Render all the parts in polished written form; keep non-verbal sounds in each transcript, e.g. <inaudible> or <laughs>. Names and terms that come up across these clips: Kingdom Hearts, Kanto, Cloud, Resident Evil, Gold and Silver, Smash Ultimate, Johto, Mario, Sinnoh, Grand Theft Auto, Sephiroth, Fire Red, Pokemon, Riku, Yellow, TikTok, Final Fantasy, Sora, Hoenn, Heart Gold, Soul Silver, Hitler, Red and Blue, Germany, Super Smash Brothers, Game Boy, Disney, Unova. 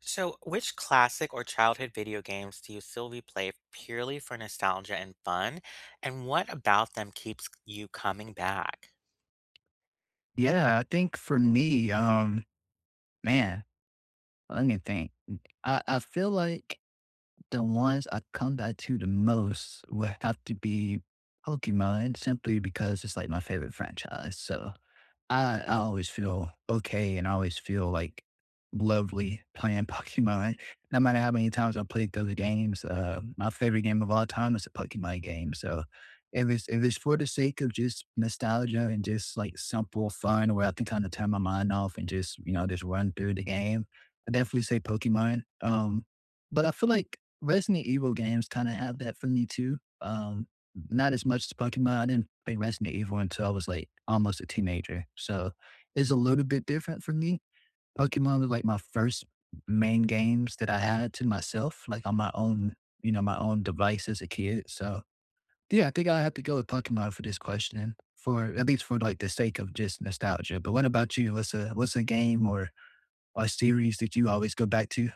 So, which classic or childhood video games do you still replay purely for nostalgia and fun? And what about them keeps you coming back? Yeah, I think for me, man, let me think. I feel like the ones I come back to the most would have to be Pokemon simply because it's like my favorite franchise. So I always feel okay and I always feel like lovely playing <laughs> Pokemon. No matter how many times I played those games, my favorite game of all time is the Pokemon game. So if it's for the sake of just nostalgia and just like simple fun where I can kind of turn my mind off and just run through the game, I definitely say Pokemon. But I feel like Resident Evil games kind of have that for me too. Not as much as Pokemon. I didn't play Resident Evil until I was like almost a teenager. So it's a little bit different for me. Pokemon was like my first main games that I had to myself, like on my own device as a kid. So yeah, I think I have to go with Pokemon for this question, for at least for like the sake of just nostalgia. But what about you? What's a game or a series that you always go back to?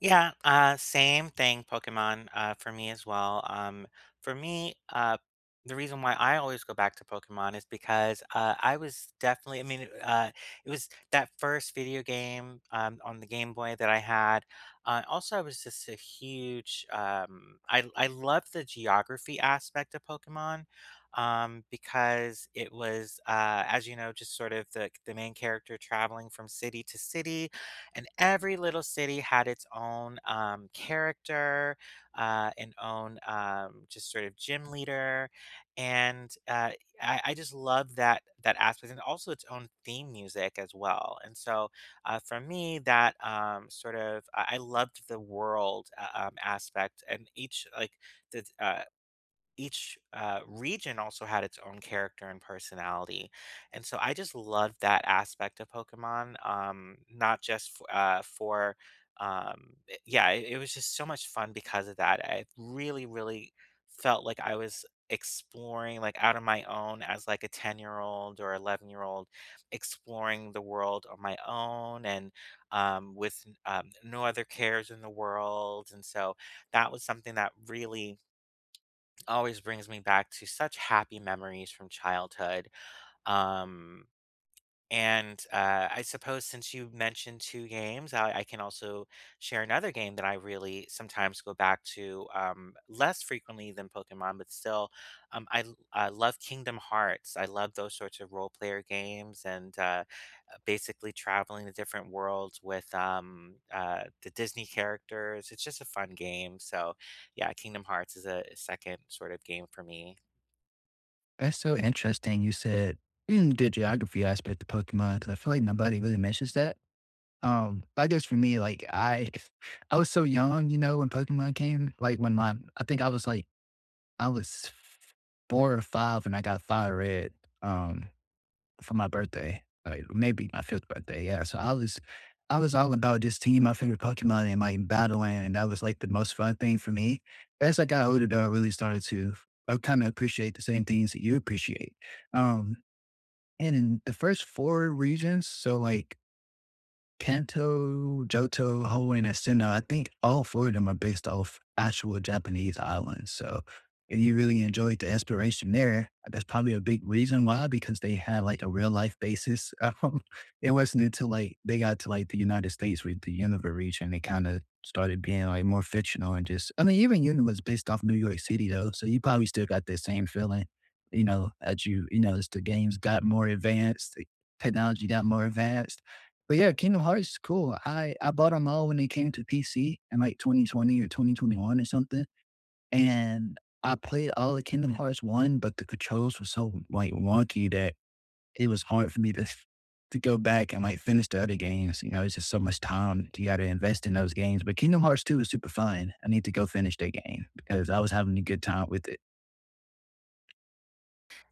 Yeah, same thing, Pokemon, for me as well. For me, the reason why I always go back to Pokemon is because I was definitely, I mean, it was that first video game on the Game Boy that I had. Also, I was just a huge, I love the geography aspect of Pokemon because it was, as you know, just sort of the main character traveling from city to city, and every little city had its own character, and own just sort of gym leader, and I just love that aspect, and also its own theme music as well. And so, for me, that sort of I loved the world aspect, and each like the each region also had its own character and personality. And so I just loved that aspect of Pokemon, not just for, yeah, it was just so much fun because of that. I really, really felt like I was exploring like out of my own as like a 10-year-old or 11-year old, exploring the world on my own, and with no other cares in the world, and so that was something that really always brings me back to such happy memories from childhood. Um and I suppose since you mentioned 2 games, I can also share another game that I really sometimes go back to, less frequently than Pokemon, but still, I love Kingdom Hearts. I love those sorts of role player games, and, basically traveling to different worlds with, the Disney characters. It's just a fun game, so, yeah, Kingdom Hearts is a 2nd sort of game for me. That's so interesting. You said the geography aspect of Pokemon, because I feel like nobody really mentions that. I guess for me, like I was so young, when Pokemon came. Like when my I think I was four or five when I got Fire Red um for my birthday. Like maybe my fifth birthday, yeah. So I was all about just team my favorite Pokemon and like battling and that was like the most fun thing for me. As I got older though, I really started to I kind of appreciate the same things that you appreciate. Um and in the first four regions, so like Kanto, Johto, Hoenn, and Sinnoh, I think all four of them are based off actual Japanese islands. So if you really enjoyed the inspiration there, that's probably a big reason why, because they had like a real life basis. <laughs> Um, it wasn't until like they got to like the United States with the Unova region, they kind of started being like more fictional and just, I mean, even Unova was based off New York City though. So you probably still got that same feeling, you know, as you, you know, as the games got more advanced, the technology got more advanced but yeah, Kingdom Hearts, cool. I bought them all when they came to PC in like 2020 or 2021 or something, and I played all of Kingdom Hearts 1, but the controls were so, like, wonky that it was hard for me to go back and, like, finish the other games, it's just so much time you gotta invest in those games, but Kingdom Hearts 2 is super fun. I need to go finish that game because I was having a good time with it.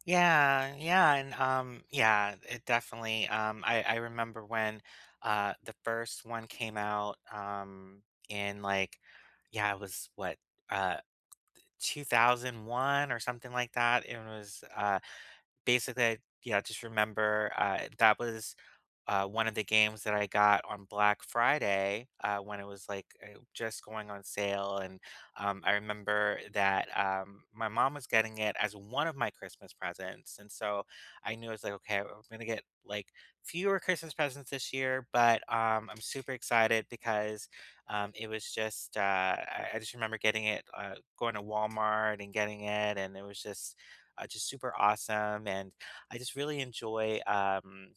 Yeah, yeah, and yeah, it definitely. I remember when the first one came out in like yeah, it was what uh 2001 or something like that. It was basically yeah, just remember that was one of the games that I got on Black Friday, when it was, like, just going on sale, and, I remember that, my mom was getting it as one of my Christmas presents, and so I knew I was like, "Okay, I'm gonna get, like, fewer Christmas presents this year," but, I'm super excited, because, it was just, I just remember getting it, going to Walmart and getting it, and it was just super awesome, and I just really enjoy,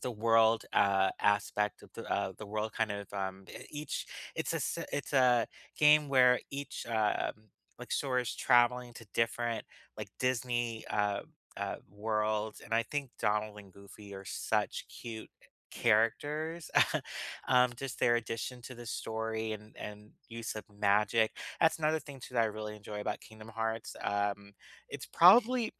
the world aspect of the world, kind of each it's it's a game where each like story is traveling to different like Disney worlds, and I think Donald and Goofy are such cute characters. <laughs> Just their addition to the story, and use of magic, that's another thing too that I really enjoy about Kingdom Hearts. It's probably,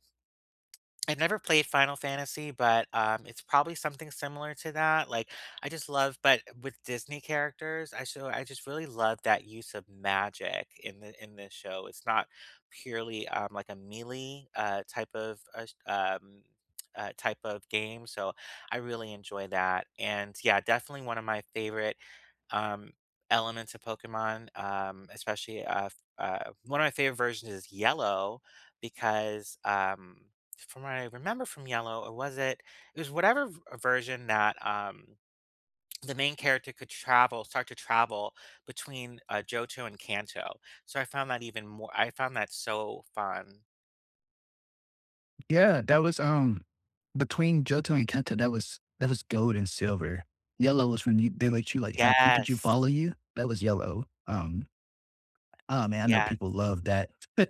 I've never played Final Fantasy, but, it's probably something similar to that, like, I just love, but with Disney characters, I so I just really love that use of magic in the in this show. It's not purely, like a melee, type of, sh type of game, so I really enjoy that, and, yeah, definitely one of my favorite um, elements of Pokemon, especially one of my favorite versions is Yellow, because from what I remember from Yellow, or was it? It was whatever version that the main character could travel, start to travel between Johto and Kanto. So I found that even more. I found that so fun. Yeah, that was between Johto and Kenta, that was Gold and Silver. Yellow was they let you like have Pikachu Yes. follow you. That was Yellow. Oh man, I know Yes. people love that. <laughs> I,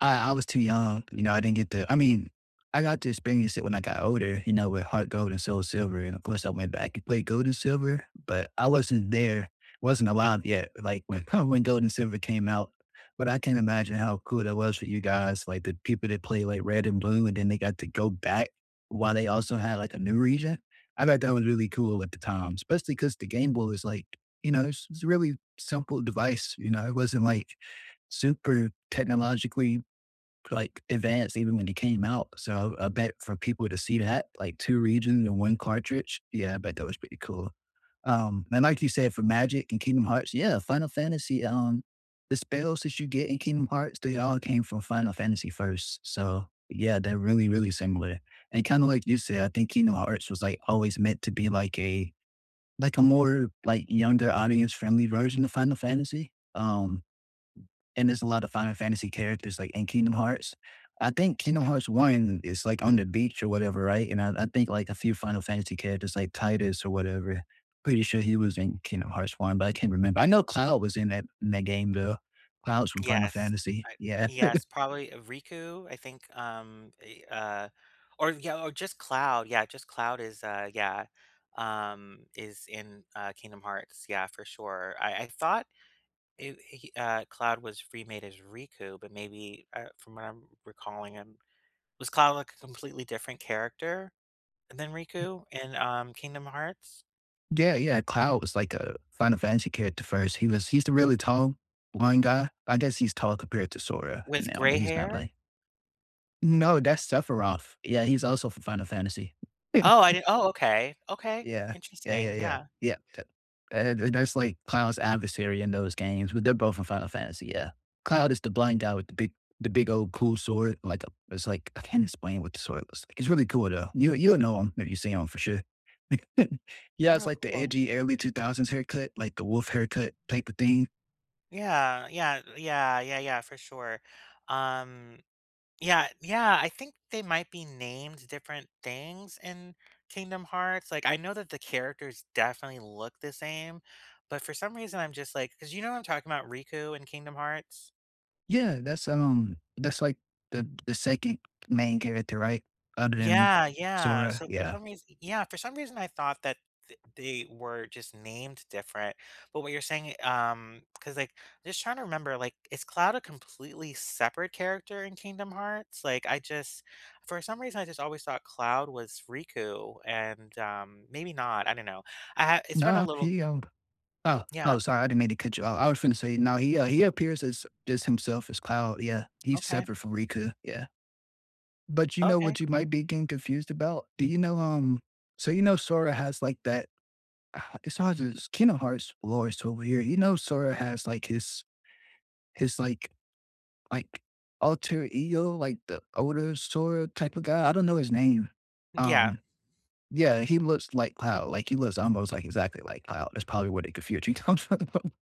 I was too young, you know. I didn't get to. I mean, I got to experience it when I got older, with Heart Gold and Soul Silver, and of course I went back and played Gold and Silver, but I wasn't there, wasn't alive yet, like when <laughs> when Gold and Silver came out. But I can't imagine how cool that was for you guys, like the people that play like Red and Blue, and then they got to go back while they also had like a new region. I thought that was really cool at the time, especially because the Game Boy was like, it's a really simple device. It wasn't like super technologically like advanced even when it came out. So I bet for people to see that, like two regions and one cartridge, yeah, I bet that was pretty cool. And like you said, for Magic and Kingdom Hearts, yeah, Final Fantasy. The spells that you get in Kingdom Hearts, they all came from Final Fantasy first. So yeah, they're really, really similar. And kind of like you said, I think Kingdom Hearts was like always meant to be like a more like younger audience friendly version of Final Fantasy. And there's a lot of Final Fantasy characters like in Kingdom Hearts. I think Kingdom Hearts One is like on the beach or whatever, right? And I think like a few Final Fantasy characters like Titus or whatever. Pretty sure he was in Kingdom Hearts One, but I can't remember. I know Cloud was in that game though. Cloud's from Final Yes. Fantasy. I Yeah. yes, probably Riku, I think, or yeah, or just Cloud, yeah, just Cloud is, yeah, is in, Kingdom Hearts, yeah, for sure. I thought Cloud was remade as Riku, but maybe, from what I'm recalling, was Cloud like a completely different character than Riku in, Kingdom Hearts? Yeah, yeah. Cloud was like a Final Fantasy character first. He's the really tall blonde guy. I guess he's tall compared to Sora and With now, but gray he's not hair? like. No, that's Sephiroth. Yeah, he's also from Final Fantasy. Oh, I didn't oh, okay, okay, Yeah. Yeah, yeah, interesting, yeah. yeah. Yeah, t th that's like Cloud's adversary in those games, but they're both in Final Fantasy, yeah. Cloud is the blind guy with the big old cool sword, like, a it's like I can't explain what the sword looks like. It's really cool, though. You'll know him if you see him for sure. <laughs> Yeah, it's No, like the cool. edgy early 2000s haircut, like the wolf haircut type of thing. Yeah, yeah, yeah, yeah, yeah, for sure. Um, yeah, yeah, I think they might be named different things in Kingdom Hearts. Like I know that the characters definitely look the same, but for some reason I'm just like, because you know what I'm talking about? Riku in Kingdom Hearts? Yeah, that's like the 2nd main character, right? Other than Yeah, yeah. Sora, So for yeah. some reason, yeah, for some reason I thought that th they were just named different, but what you're saying, because like, just trying to remember, like, is Cloud a completely separate character in Kingdom Hearts? Like, I just, for some reason, I just always thought Cloud was Riku, and, maybe not, I don't know. I ha It's been a No, little he, um Oh, oh, Yeah, sorry, I didn't mean to cut you off. I was finna say, no, he appears as just himself as Cloud, yeah. He's okay, separate from Riku, yeah. But you know okay. what you might be getting confused about? So you know Sora has like that, it's Kingdom Hearts lore is over here. You know Sora has like his like alter ego, like the older Sora type of guy. I don't know his name. Yeah. Um, yeah, he looks like Cloud. Like he looks almost like exactly like Cloud. That's probably where they confused you. <laughs>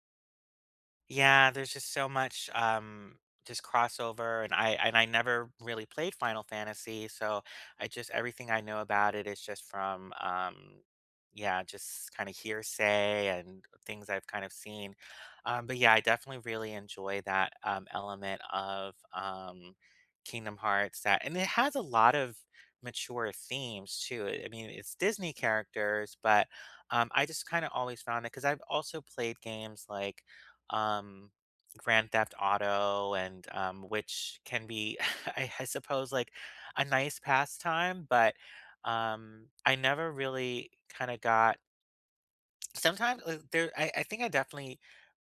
Yeah, there's just so much just crossover, and I never really played Final Fantasy, so I just, everything I know about it is just from yeah, just kind of hearsay and things I've kind of seen. But yeah, I definitely really enjoy that element of Kingdom Hearts, that and it has a lot of mature themes too. I mean, it's Disney characters, but I just kind of always found it, because I've also played games like um, Grand Theft Auto, and which can be, <laughs> I suppose, like a nice pastime, but I never really kind of got. Sometimes I think I definitely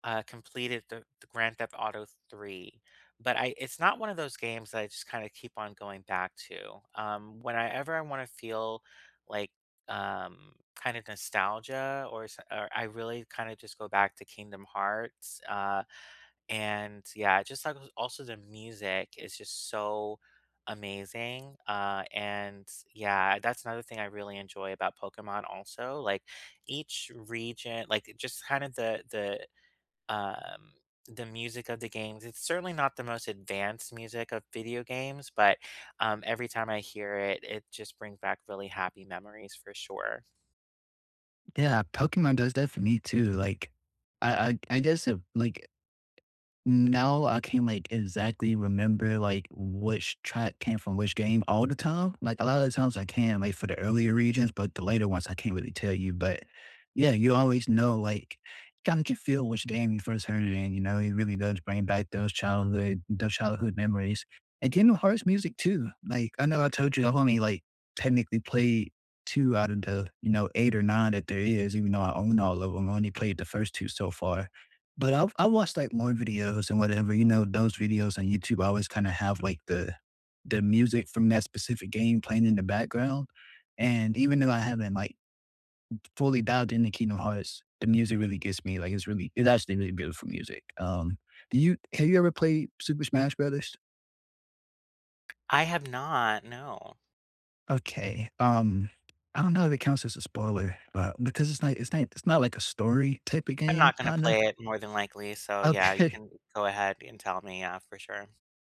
completed the Grand Theft Auto three, but I it's not one of those games that I just kind of keep on going back to. Whenever I want to feel like kind of nostalgia, or I really kind of just go back to Kingdom Hearts, and yeah, just like also the music is just so amazing. And yeah, that's another thing I really enjoy about Pokemon also. Like each region, like just kind of the um the music of the games. It's certainly not the most advanced music of video games, but every time I hear it, it just brings back really happy memories for sure. Yeah, Pokemon does that for me too, like, I I guess if, like, now I can't like exactly remember like which track came from which game all the time. Like a lot of the times I can like for the earlier regions, but the later ones I can't really tell you. But yeah, you always know like kind of can feel which game you first heard it in. It really does bring back those childhood memories. And Kingdom Hearts music too. Like I know I told you I've only like technically played two out of the eight or nine that there is, even though I own all of them. I only played the first two so far but I watched like more videos and whatever, those videos on YouTube always kinda have like the music from that specific game playing in the background. And even though I haven't like fully dived into Kingdom Hearts, the music really gets me. Like it's actually really beautiful music. Do you have you ever played Super Smash Brothers? I have not, no. Okay. I don't know if it counts as a spoiler, but because it's not like a story type of I'm game, not gonna kinda. play it more than likely, so yeah, you Okay. can <laughs> go ahead and tell me, yeah, for sure.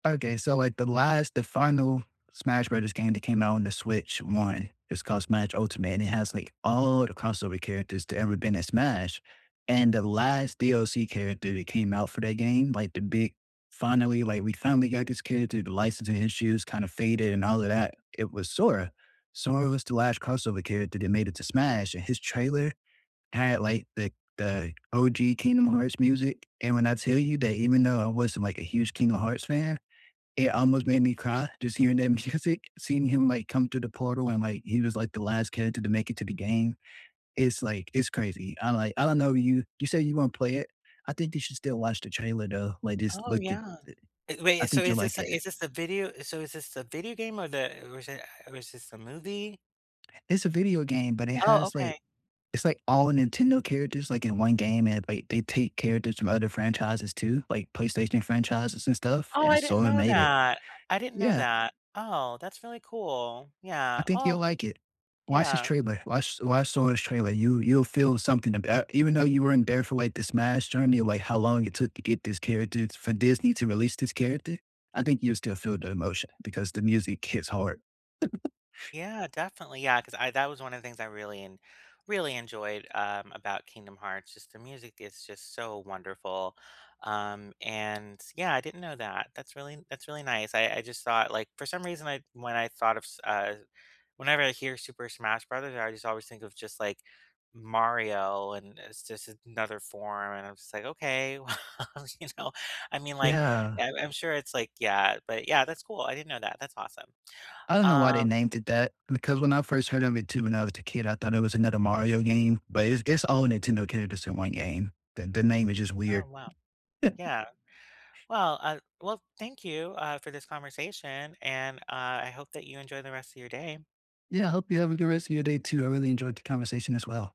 Okay, so like the final Smash Brothers game that came out on the Switch One is called Smash Ultimate, and it has like all the crossover characters that ever been in Smash. And the last DLC character that came out for that game, like the big, finally, like we finally got this character. The licensing issues kind of faded and all of that. It was Sora. Sora was the last crossover character that made it to Smash, and his trailer had like the OG Kingdom Hearts music. And when I tell you that, even though I wasn't like a huge Kingdom Hearts fan, it almost made me cry just hearing that <laughs> music, seeing him like come to the portal and like he was like the last character to make it to the game. It's like it's crazy. I like I don't know you. You say you want to play it. I think you should still watch the trailer though. Like just Oh, look at. yeah. I Wait, so think you'll like it. is this the video so is this the video game, or the was it was this the movie? It's a video game, but Oh, okay. it's like all Nintendo characters like in one game, and like they take characters from other franchises too, like PlayStation franchises and stuff, Oh, and I so didn't it know made it. that. I didn't know Yeah, that. Oh, that's really cool. I Yeah. think you'll Oh, like it. Watch this yeah. trailer. Watch Sora's trailer. You'll feel something about even though you were in there for like the Smash journey, like how long it took to get this character for Disney to release this character. I think you'll still feel the emotion because the music hits hard. Yeah, definitely. Yeah, because I, that was one of the things I really and really enjoyed about Kingdom Hearts. Just the music is just so wonderful, and yeah, I didn't know that. That's really, that's really nice. I just thought like for some reason, I when I thought of whenever I hear Super Smash Brothers, I just always think of just like Mario, and it's just another form. And I'm just like, okay, <laughs> well, you know, I mean, like Yeah. I'm sure it's like yeah, but yeah, that's cool. I didn't know that. That's awesome. I don't know why they Um, named it that because when I first heard of it too, when I was a kid, I thought it was another Mario game, but it's all Nintendo characters in one game. The name is just weird. oh wow. <laughs> Yeah. Well, well, thank you for this conversation, and I hope that you enjoy the rest of your day. Yeah, I hope you have a good rest of your day too. I really enjoyed the conversation as well.